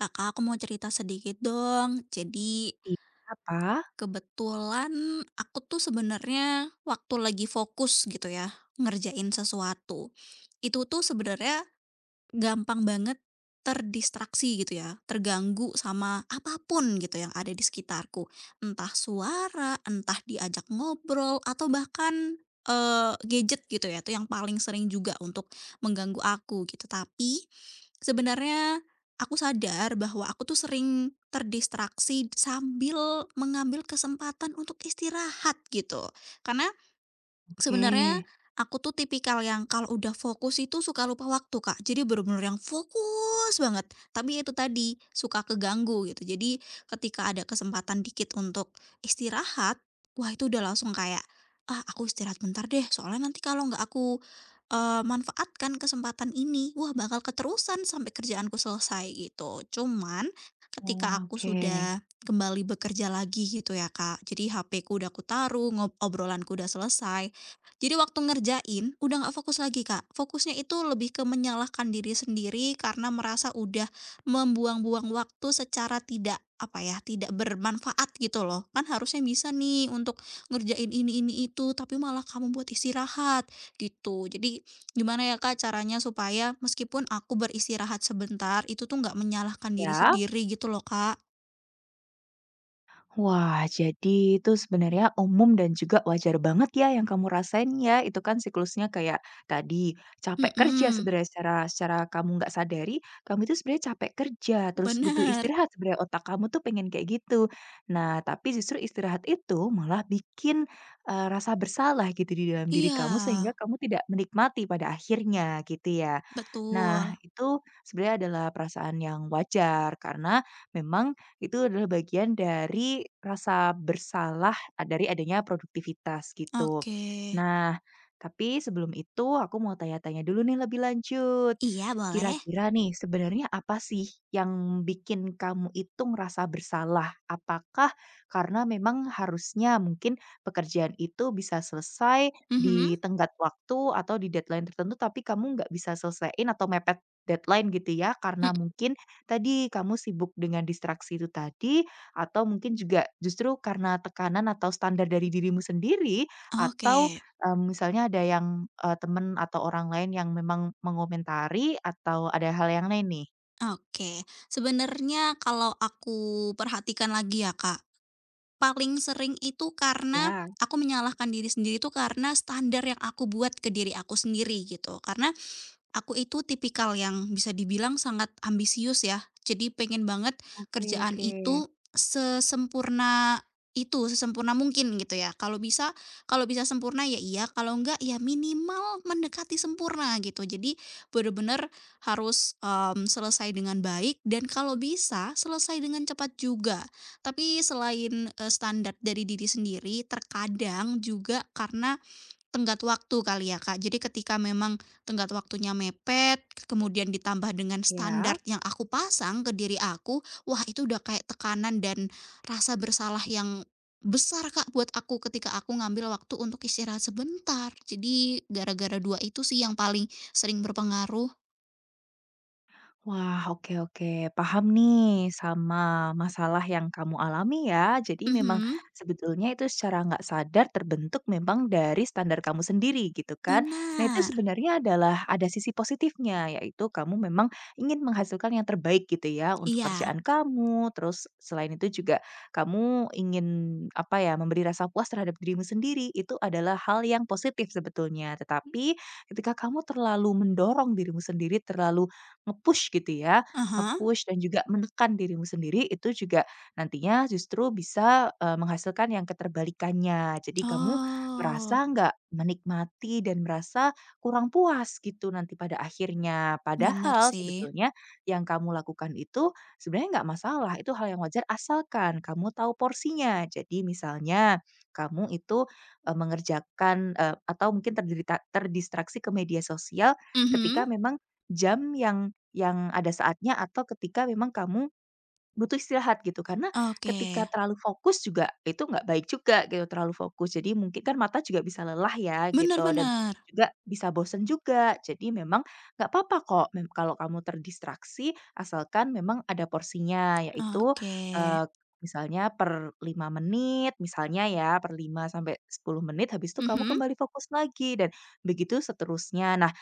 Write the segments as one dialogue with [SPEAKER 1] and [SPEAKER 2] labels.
[SPEAKER 1] Kakak, aku mau cerita sedikit dong. Jadi,
[SPEAKER 2] Iya, apa?
[SPEAKER 1] kebetulan aku tuh sebenarnya waktu lagi fokus gitu ya, ngerjain sesuatu. Itu tuh sebenarnya gampang banget terdistraksi gitu ya, terganggu sama apapun gitu yang ada di sekitarku. Entah suara, entah diajak ngobrol, atau bahkan, gadget gitu ya, itu yang paling sering juga untuk mengganggu aku gitu. Tapi, sebenarnya aku sadar bahwa aku tuh sering terdistraksi sambil mengambil kesempatan untuk istirahat gitu. Karena
[SPEAKER 2] Oke.
[SPEAKER 1] sebenarnya aku tuh tipikal yang kalau udah fokus itu suka lupa waktu, Kak. Jadi bener-bener yang fokus banget, tapi itu tadi, suka keganggu gitu. Jadi ketika ada kesempatan dikit untuk istirahat, wah itu udah langsung kayak, "Ah, aku istirahat bentar deh, soalnya nanti kalau nggak aku, manfaatkan kesempatan ini, wah bakal keterusan sampai kerjaanku selesai," gitu. Cuman
[SPEAKER 2] Oh,
[SPEAKER 1] ketika aku
[SPEAKER 2] oke.
[SPEAKER 1] sudah kembali bekerja lagi gitu ya, Kak, jadi HP-ku udah aku taruh, obrolanku udah selesai, jadi waktu ngerjain, udah nggak fokus lagi, Kak. Fokusnya itu lebih ke menyalahkan diri sendiri karena merasa udah membuang-buang waktu secara tidak, apa ya, tidak bermanfaat gitu loh. Kan harusnya bisa nih untuk ngerjain ini, itu, tapi malah kamu buat istirahat gitu. Jadi gimana ya Kak caranya supaya meskipun aku beristirahat sebentar, itu tuh nggak menyalahkan diri
[SPEAKER 2] Ya?
[SPEAKER 1] sendiri gitu loh, Kak.
[SPEAKER 2] Wah, jadi itu sebenarnya umum dan juga wajar banget ya yang kamu rasain ya. Itu kan siklusnya kayak tadi capek kerja
[SPEAKER 1] Mhm,
[SPEAKER 2] sebenarnya secara secara kamu nggak sadari, kamu itu sebenarnya capek kerja, terus butuh
[SPEAKER 1] bener.
[SPEAKER 2] istirahat sebenarnya otak kamu tuh pengen kayak gitu. Nah, tapi justru istirahat itu malah bikin rasa bersalah gitu di dalam diri
[SPEAKER 1] Iya,
[SPEAKER 2] kamu sehingga kamu tidak menikmati pada akhirnya gitu ya. Nah,
[SPEAKER 1] betul.
[SPEAKER 2] itu sebenarnya adalah perasaan yang wajar karena memang itu adalah bagian dari rasa bersalah dari adanya produktivitas gitu.
[SPEAKER 1] Oke.
[SPEAKER 2] Nah, tapi sebelum itu aku mau tanya-tanya dulu nih lebih lanjut.
[SPEAKER 1] Iya, boleh.
[SPEAKER 2] Kira-kira nih, sebenarnya apa sih yang bikin kamu itu ngerasa bersalah? Apakah karena memang harusnya mungkin pekerjaan itu bisa selesai
[SPEAKER 1] Mhm,
[SPEAKER 2] di tenggat waktu atau di deadline tertentu, tapi kamu nggak bisa selesaiin atau mepet deadline gitu ya, karena
[SPEAKER 1] mhm,
[SPEAKER 2] mungkin tadi kamu sibuk dengan distraksi itu tadi, atau mungkin juga justru karena tekanan atau standar dari dirimu sendiri,
[SPEAKER 1] oke,
[SPEAKER 2] atau misalnya temen atau orang lain yang memang mengomentari atau ada hal yang lain nih?
[SPEAKER 1] oke. Sebenarnya kalau aku perhatikan lagi ya, Kak, paling sering itu karena
[SPEAKER 2] Ya,
[SPEAKER 1] aku menyalahkan diri sendiri itu karena standar yang aku buat ke diri aku sendiri gitu. Karena aku itu tipikal yang bisa dibilang sangat ambisius ya. Jadi pengen banget
[SPEAKER 2] oke
[SPEAKER 1] kerjaan
[SPEAKER 2] oke.
[SPEAKER 1] itu sesempurna mungkin gitu ya. Kalau bisa sempurna ya iya, kalau enggak ya minimal mendekati sempurna gitu. Jadi bener-bener harus, selesai dengan baik dan kalau bisa selesai dengan cepat juga. Tapi selain, standar dari diri sendiri, terkadang juga karena tenggat waktu kali ya, Kak. Jadi ketika memang tenggat waktunya mepet, kemudian ditambah dengan
[SPEAKER 2] Ya.
[SPEAKER 1] standar yang aku pasang ke diri aku, wah itu udah kayak tekanan dan rasa bersalah yang besar, Kak, buat aku ketika aku ngambil waktu untuk istirahat sebentar. Jadi gara-gara dua itu sih yang paling sering berpengaruh.
[SPEAKER 2] Wah, oke oke, paham nih sama masalah yang kamu alami ya. Jadi memang
[SPEAKER 1] Mhm.
[SPEAKER 2] sebetulnya itu secara nggak sadar terbentuk memang dari standar kamu sendiri gitu kan. Nah, itu
[SPEAKER 1] Benar.
[SPEAKER 2] sebenarnya adalah ada sisi positifnya, yaitu kamu memang ingin menghasilkan yang terbaik gitu ya untuk
[SPEAKER 1] Iya.
[SPEAKER 2] kerjaan kamu. Terus selain itu juga kamu ingin apa ya, memberi rasa puas terhadap dirimu sendiri. Itu adalah hal yang positif sebetulnya. Tetapi ketika kamu terlalu mendorong dirimu sendiri, terlalu nge-push gitu ya,
[SPEAKER 1] Ah.
[SPEAKER 2] nge-push dan juga menekan dirimu sendiri itu juga nantinya justru bisa, menghasilkan yang keterbalikannya. Jadi kamu
[SPEAKER 1] Oh,
[SPEAKER 2] merasa nggak menikmati dan merasa kurang puas gitu nanti pada akhirnya.
[SPEAKER 1] benar
[SPEAKER 2] Padahal
[SPEAKER 1] sih.
[SPEAKER 2] sebetulnya yang kamu lakukan itu sebenarnya nggak masalah, itu hal yang wajar asalkan kamu tahu porsinya. Jadi misalnya kamu itu, mengerjakan, atau mungkin terdistraksi ke media sosial ketika
[SPEAKER 1] Mhm.
[SPEAKER 2] memang jam yang ada saatnya atau ketika memang kamu butuh istirahat gitu, karena
[SPEAKER 1] Oke.
[SPEAKER 2] ketika terlalu fokus juga itu nggak baik juga gitu, terlalu fokus. Jadi mungkin kan mata juga bisa lelah ya
[SPEAKER 1] Benar,
[SPEAKER 2] gitu dan
[SPEAKER 1] benar.
[SPEAKER 2] juga bisa bosen juga. Jadi memang nggak apa-apa kok kalau kamu terdistraksi asalkan memang ada porsinya, yaitu,
[SPEAKER 1] Oke.
[SPEAKER 2] eee, misalnya per 5 menit misalnya ya, per 5 sampai 10 menit, habis itu kamu
[SPEAKER 1] Mhm.
[SPEAKER 2] kembali fokus lagi dan begitu seterusnya. Nah,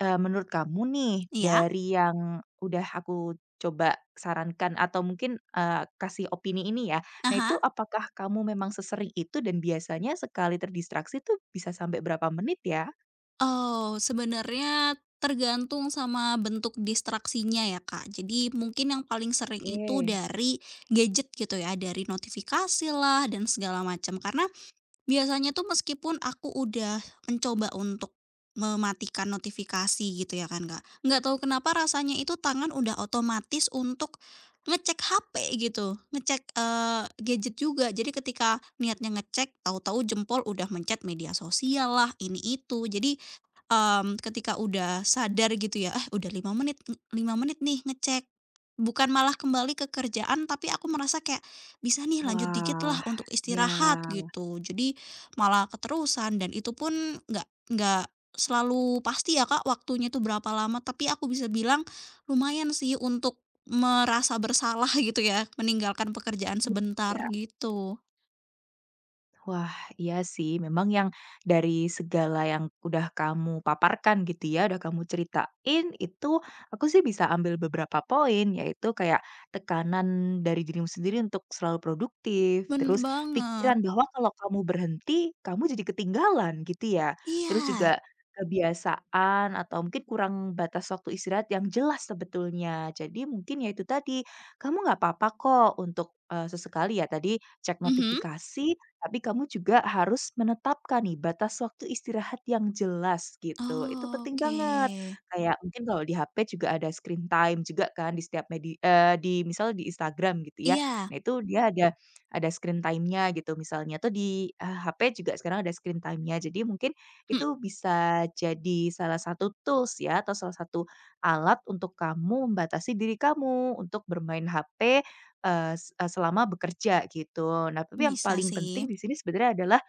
[SPEAKER 2] Menurut kamu nih,
[SPEAKER 1] Iya,
[SPEAKER 2] dari yang udah aku coba sarankan atau mungkin, kasih opini ini ya. Nah itu
[SPEAKER 1] ah.
[SPEAKER 2] apakah kamu memang sesering itu dan biasanya sekali terdistraksi tuh bisa sampai berapa menit ya?
[SPEAKER 1] Oh, sebenarnya tergantung sama bentuk distraksinya ya, Kak. Jadi mungkin yang paling sering itu
[SPEAKER 2] Oke.
[SPEAKER 1] dari gadget gitu ya, dari notifikasi lah dan segala macam. Karena biasanya tuh meskipun aku udah mencoba untuk mematikan notifikasi gitu ya kan Kak, nggak tahu kenapa rasanya itu tangan udah otomatis untuk ngecek HP gitu, ngecek, gadget juga. Jadi ketika niatnya ngecek, tahu-tahu jempol udah mencet media sosial lah, ini itu. Jadi ketika udah sadar gitu ya, "Ah, udah 5 menit ng 5 menit nih ngecek." Bukan malah kembali ke kerjaan, tapi aku merasa kayak, "Bisa nih lanjut dikit
[SPEAKER 2] Wah,
[SPEAKER 1] lah untuk
[SPEAKER 2] ya.
[SPEAKER 1] istirahat," gitu. Jadi malah keterusan dan itu pun nggak selalu pasti ya Kak, waktunya itu berapa lama, tapi aku bisa bilang lumayan sih untuk merasa bersalah gitu ya, meninggalkan pekerjaan sebentar
[SPEAKER 2] Iya.
[SPEAKER 1] gitu.
[SPEAKER 2] Wah, iya sih. Memang yang dari segala yang udah kamu paparkan gitu ya, udah kamu ceritain, itu aku sih bisa ambil beberapa poin, yaitu kayak tekanan dari dirimu sendiri untuk selalu produktif,
[SPEAKER 1] Bener
[SPEAKER 2] terus
[SPEAKER 1] banget.
[SPEAKER 2] pikiran bahwa kalau kamu berhenti, kamu jadi ketinggalan gitu ya. Terus
[SPEAKER 1] Iya.
[SPEAKER 2] juga kebiasaan atau mungkin kurang batas waktu istirahat yang jelas sebetulnya. Jadi mungkin ya itu tadi, kamu nggak apa-apa kok untuk sesekali ya tadi cek
[SPEAKER 1] Mhm.
[SPEAKER 2] notifikasi tapi kamu juga harus menetapkan nih batas waktu istirahat yang jelas gitu, itu penting banget.
[SPEAKER 1] Oke.
[SPEAKER 2] Kayak mungkin kalau di HP juga ada screen time juga kan di setiap media di misal di Instagram gitu ya.
[SPEAKER 1] Iya.
[SPEAKER 2] Nah itu dia ada screen time-nya gitu misalnya, atau di, HP juga sekarang ada screen time-nya. Jadi mungkin itu
[SPEAKER 1] Mhm,
[SPEAKER 2] bisa jadi salah satu tools ya atau salah satu alat untuk kamu membatasi diri kamu untuk bermain HP selama bekerja gitu. Nah, tapi yang
[SPEAKER 1] bisa
[SPEAKER 2] paling
[SPEAKER 1] sih.
[SPEAKER 2] penting di sini sebenarnya adalah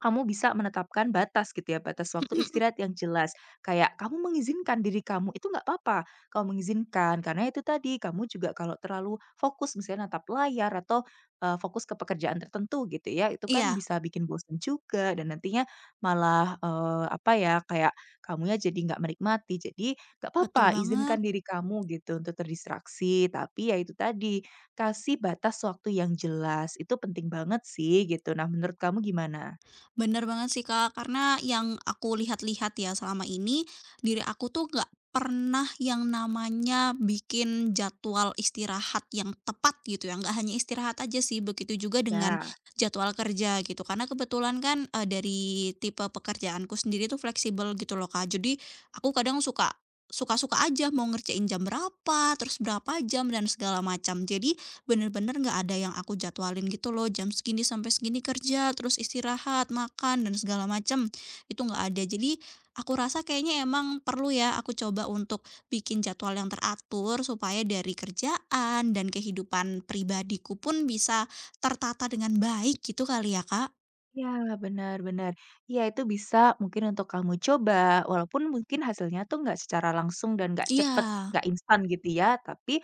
[SPEAKER 2] kamu bisa menetapkan batas gitu ya, batas waktu
[SPEAKER 1] Mhm, mhm.
[SPEAKER 2] istirahat yang jelas. Kayak kamu mengizinkan diri kamu itu nggak apa-apa. Kamu mengizinkan karena itu tadi kamu juga kalau terlalu fokus misalnya natap layar atau fokus ke pekerjaan tertentu gitu ya, itu kan
[SPEAKER 1] Iya,
[SPEAKER 2] bisa bikin bosan juga dan nantinya malah apa ya kayak kamunya jadi nggak menikmati. Jadi nggak
[SPEAKER 1] betul
[SPEAKER 2] apa-apa, izinkan
[SPEAKER 1] banget.
[SPEAKER 2] diri kamu gitu untuk terdistraksi. Tapi ya itu tadi kasih batas waktu yang jelas itu penting banget sih gitu. Nah, menurut kamu gimana?
[SPEAKER 1] Bener banget sih, Kak. Karena yang aku lihat-lihat ya selama ini, diri aku tuh nggak pernah yang namanya bikin jadwal istirahat yang tepat gitu ya, nggak hanya istirahat aja sih, begitu juga dengan
[SPEAKER 2] Ya.
[SPEAKER 1] jadwal kerja gitu. Karena kebetulan kan, dari tipe pekerjaanku sendiri tuh fleksibel gitu loh, Kak. Jadi aku kadang suka-suka aja mau ngerjain jam berapa, terus berapa jam, dan segala macam. Jadi bener-bener nggak ada yang aku jadwalin gitu loh, jam segini sampai segini kerja, terus istirahat, makan, dan segala macem, itu nggak ada. Jadi aku rasa kayaknya emang perlu ya aku coba untuk bikin jadwal yang teratur supaya dari kerjaan dan kehidupan pribadiku pun bisa tertata dengan baik gitu kali ya, Kak?
[SPEAKER 2] Ya, benar benar. Ya itu bisa mungkin untuk kamu coba, walaupun mungkin hasilnya tuh nggak secara langsung dan nggak
[SPEAKER 1] Iya.
[SPEAKER 2] cepet, nggak instan gitu ya, tapi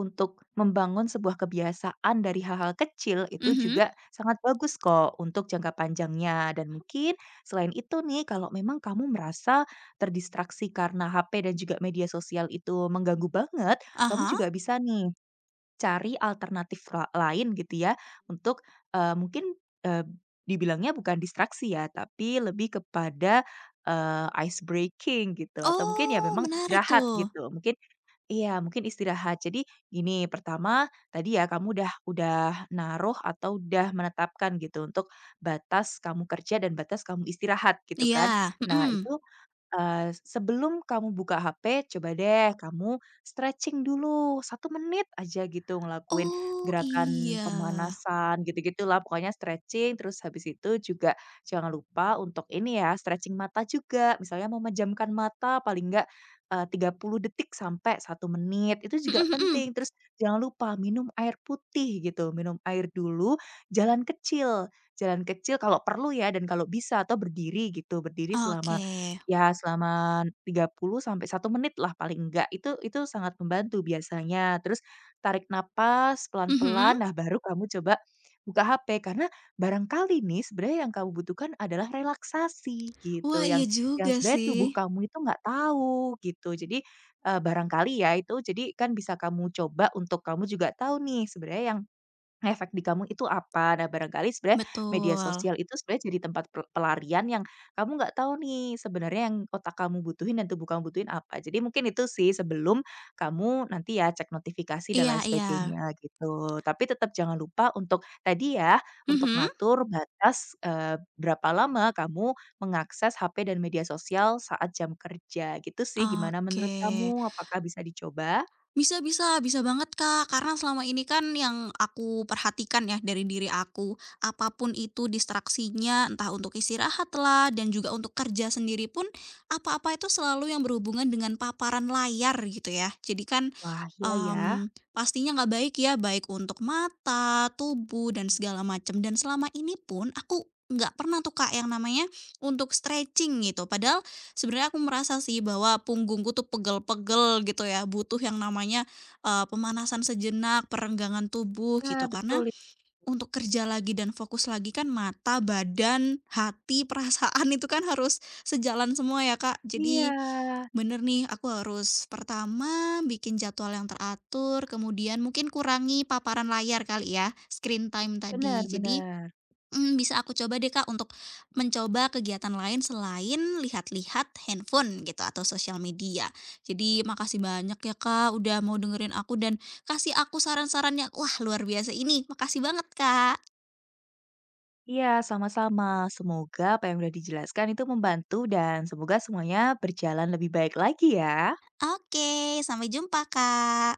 [SPEAKER 2] untuk membangun sebuah kebiasaan dari hal-hal kecil itu
[SPEAKER 1] Mhm.
[SPEAKER 2] juga sangat bagus kok untuk jangka panjangnya. Dan mungkin selain itu nih, kalau memang kamu merasa terdistraksi karena HP dan juga media sosial itu mengganggu banget, kamu
[SPEAKER 1] Ah.
[SPEAKER 2] juga bisa nih cari alternatif lain gitu ya untuk, mungkin, dibilangnya bukan distraksi ya, tapi lebih kepada, ice breaking gitu atau mungkin ya
[SPEAKER 1] Oh,
[SPEAKER 2] memang
[SPEAKER 1] menarik
[SPEAKER 2] istirahat
[SPEAKER 1] tuh.
[SPEAKER 2] gitu. Mungkin iya, mungkin istirahat. Jadi gini, pertama tadi ya kamu udah naruh atau udah menetapkan gitu untuk batas kamu kerja dan batas kamu istirahat gitu kan.
[SPEAKER 1] Iya,
[SPEAKER 2] Nah
[SPEAKER 1] mhm.
[SPEAKER 2] itu sebelum kamu buka HP, coba deh kamu stretching dulu 1 menit aja gitu, ngelakuin
[SPEAKER 1] Oh,
[SPEAKER 2] gerakan
[SPEAKER 1] iya.
[SPEAKER 2] pemanasan gitu-gitulah, pokoknya stretching, terus habis itu juga jangan lupa untuk ini ya, stretching mata juga, misalnya memejamkan mata paling enggak, 30 detik sampai 1 menit, itu juga
[SPEAKER 1] Mhm, mhm.
[SPEAKER 2] penting. Terus jangan lupa minum air putih gitu, minum air dulu, jalan kecil jalan kecil kalau perlu ya dan kalau bisa, atau berdiri gitu, berdiri selama
[SPEAKER 1] Oke.
[SPEAKER 2] Ya selama 30 sampai 1 menit lah paling enggak, itu sangat membantu biasanya. Terus tarik napas
[SPEAKER 1] Mhm?
[SPEAKER 2] pelan-pelan, nah baru kamu coba buka HP. Karena barangkali nih sebenarnya yang kamu butuhkan adalah relaksasi gitu,
[SPEAKER 1] Wah, iya
[SPEAKER 2] yang
[SPEAKER 1] juga
[SPEAKER 2] sebenarnya
[SPEAKER 1] sih,
[SPEAKER 2] tubuh kamu itu nggak tahu gitu. Jadi, barangkali ya itu, jadi kan bisa kamu coba untuk kamu juga tahu nih sebenarnya yang efek di kamu itu apa? Nah, barangkali sebenarnya media
[SPEAKER 1] betul.
[SPEAKER 2] sosial itu sebenarnya jadi tempat pelarian yang kamu nggak tahu nih sebenarnya yang otak kamu butuhin dan tubuh kamu butuhin apa. Jadi mungkin itu sih sebelum kamu nanti ya cek notifikasi dan
[SPEAKER 1] Iya,
[SPEAKER 2] lain
[SPEAKER 1] iya.
[SPEAKER 2] sebagainya gitu. Tapi tetap jangan lupa untuk tadi ya, untuk
[SPEAKER 1] Mhm?
[SPEAKER 2] ngatur batas, berapa lama kamu mengakses HP dan media sosial saat jam kerja gitu sih. Gimana
[SPEAKER 1] Oke.
[SPEAKER 2] menurut kamu? Apakah bisa dicoba?
[SPEAKER 1] Bisa, bisa, bisa banget, Kak, karena selama ini kan yang aku perhatikan ya dari diri aku, apapun itu distraksinya, entah untuk istirahat lah dan juga untuk kerja sendiri pun, apa-apa itu selalu yang berhubungan dengan paparan layar gitu ya. Jadi kan
[SPEAKER 2] Wah, iya ya.
[SPEAKER 1] Pastinya nggak baik ya, baik untuk mata, tubuh, dan segala macam. Dan selama ini pun aku nggak pernah tuh, Kak, yang namanya untuk stretching gitu. Padahal sebenarnya aku merasa sih bahwa punggungku tuh pegel-pegel gitu ya, butuh yang namanya, pemanasan sejenak, perenggangan tubuh
[SPEAKER 2] Ya
[SPEAKER 1] gitu. Karena
[SPEAKER 2] betul,
[SPEAKER 1] untuk kerja lagi dan fokus lagi kan mata, badan, hati, perasaan itu kan harus sejalan semua ya, Kak. Jadi
[SPEAKER 2] iya.
[SPEAKER 1] bener nih aku harus pertama bikin jadwal yang teratur, kemudian mungkin kurangi paparan layar kali ya, screen time tadi.
[SPEAKER 2] Benar
[SPEAKER 1] Jadi
[SPEAKER 2] benar.
[SPEAKER 1] Bisa aku coba deh, Kak, untuk mencoba kegiatan lain selain lihat-lihat handphone gitu atau sosial media. Jadi makasih banyak ya, Kak, udah mau dengerin aku dan kasih aku saran-sarannya. Wah, luar biasa ini, makasih banget, Kak.
[SPEAKER 2] Iya, sama-sama. Semoga apa yang sudah dijelaskan itu membantu dan semoga semuanya berjalan lebih baik lagi ya.
[SPEAKER 1] Oke, sampai jumpa, Kak.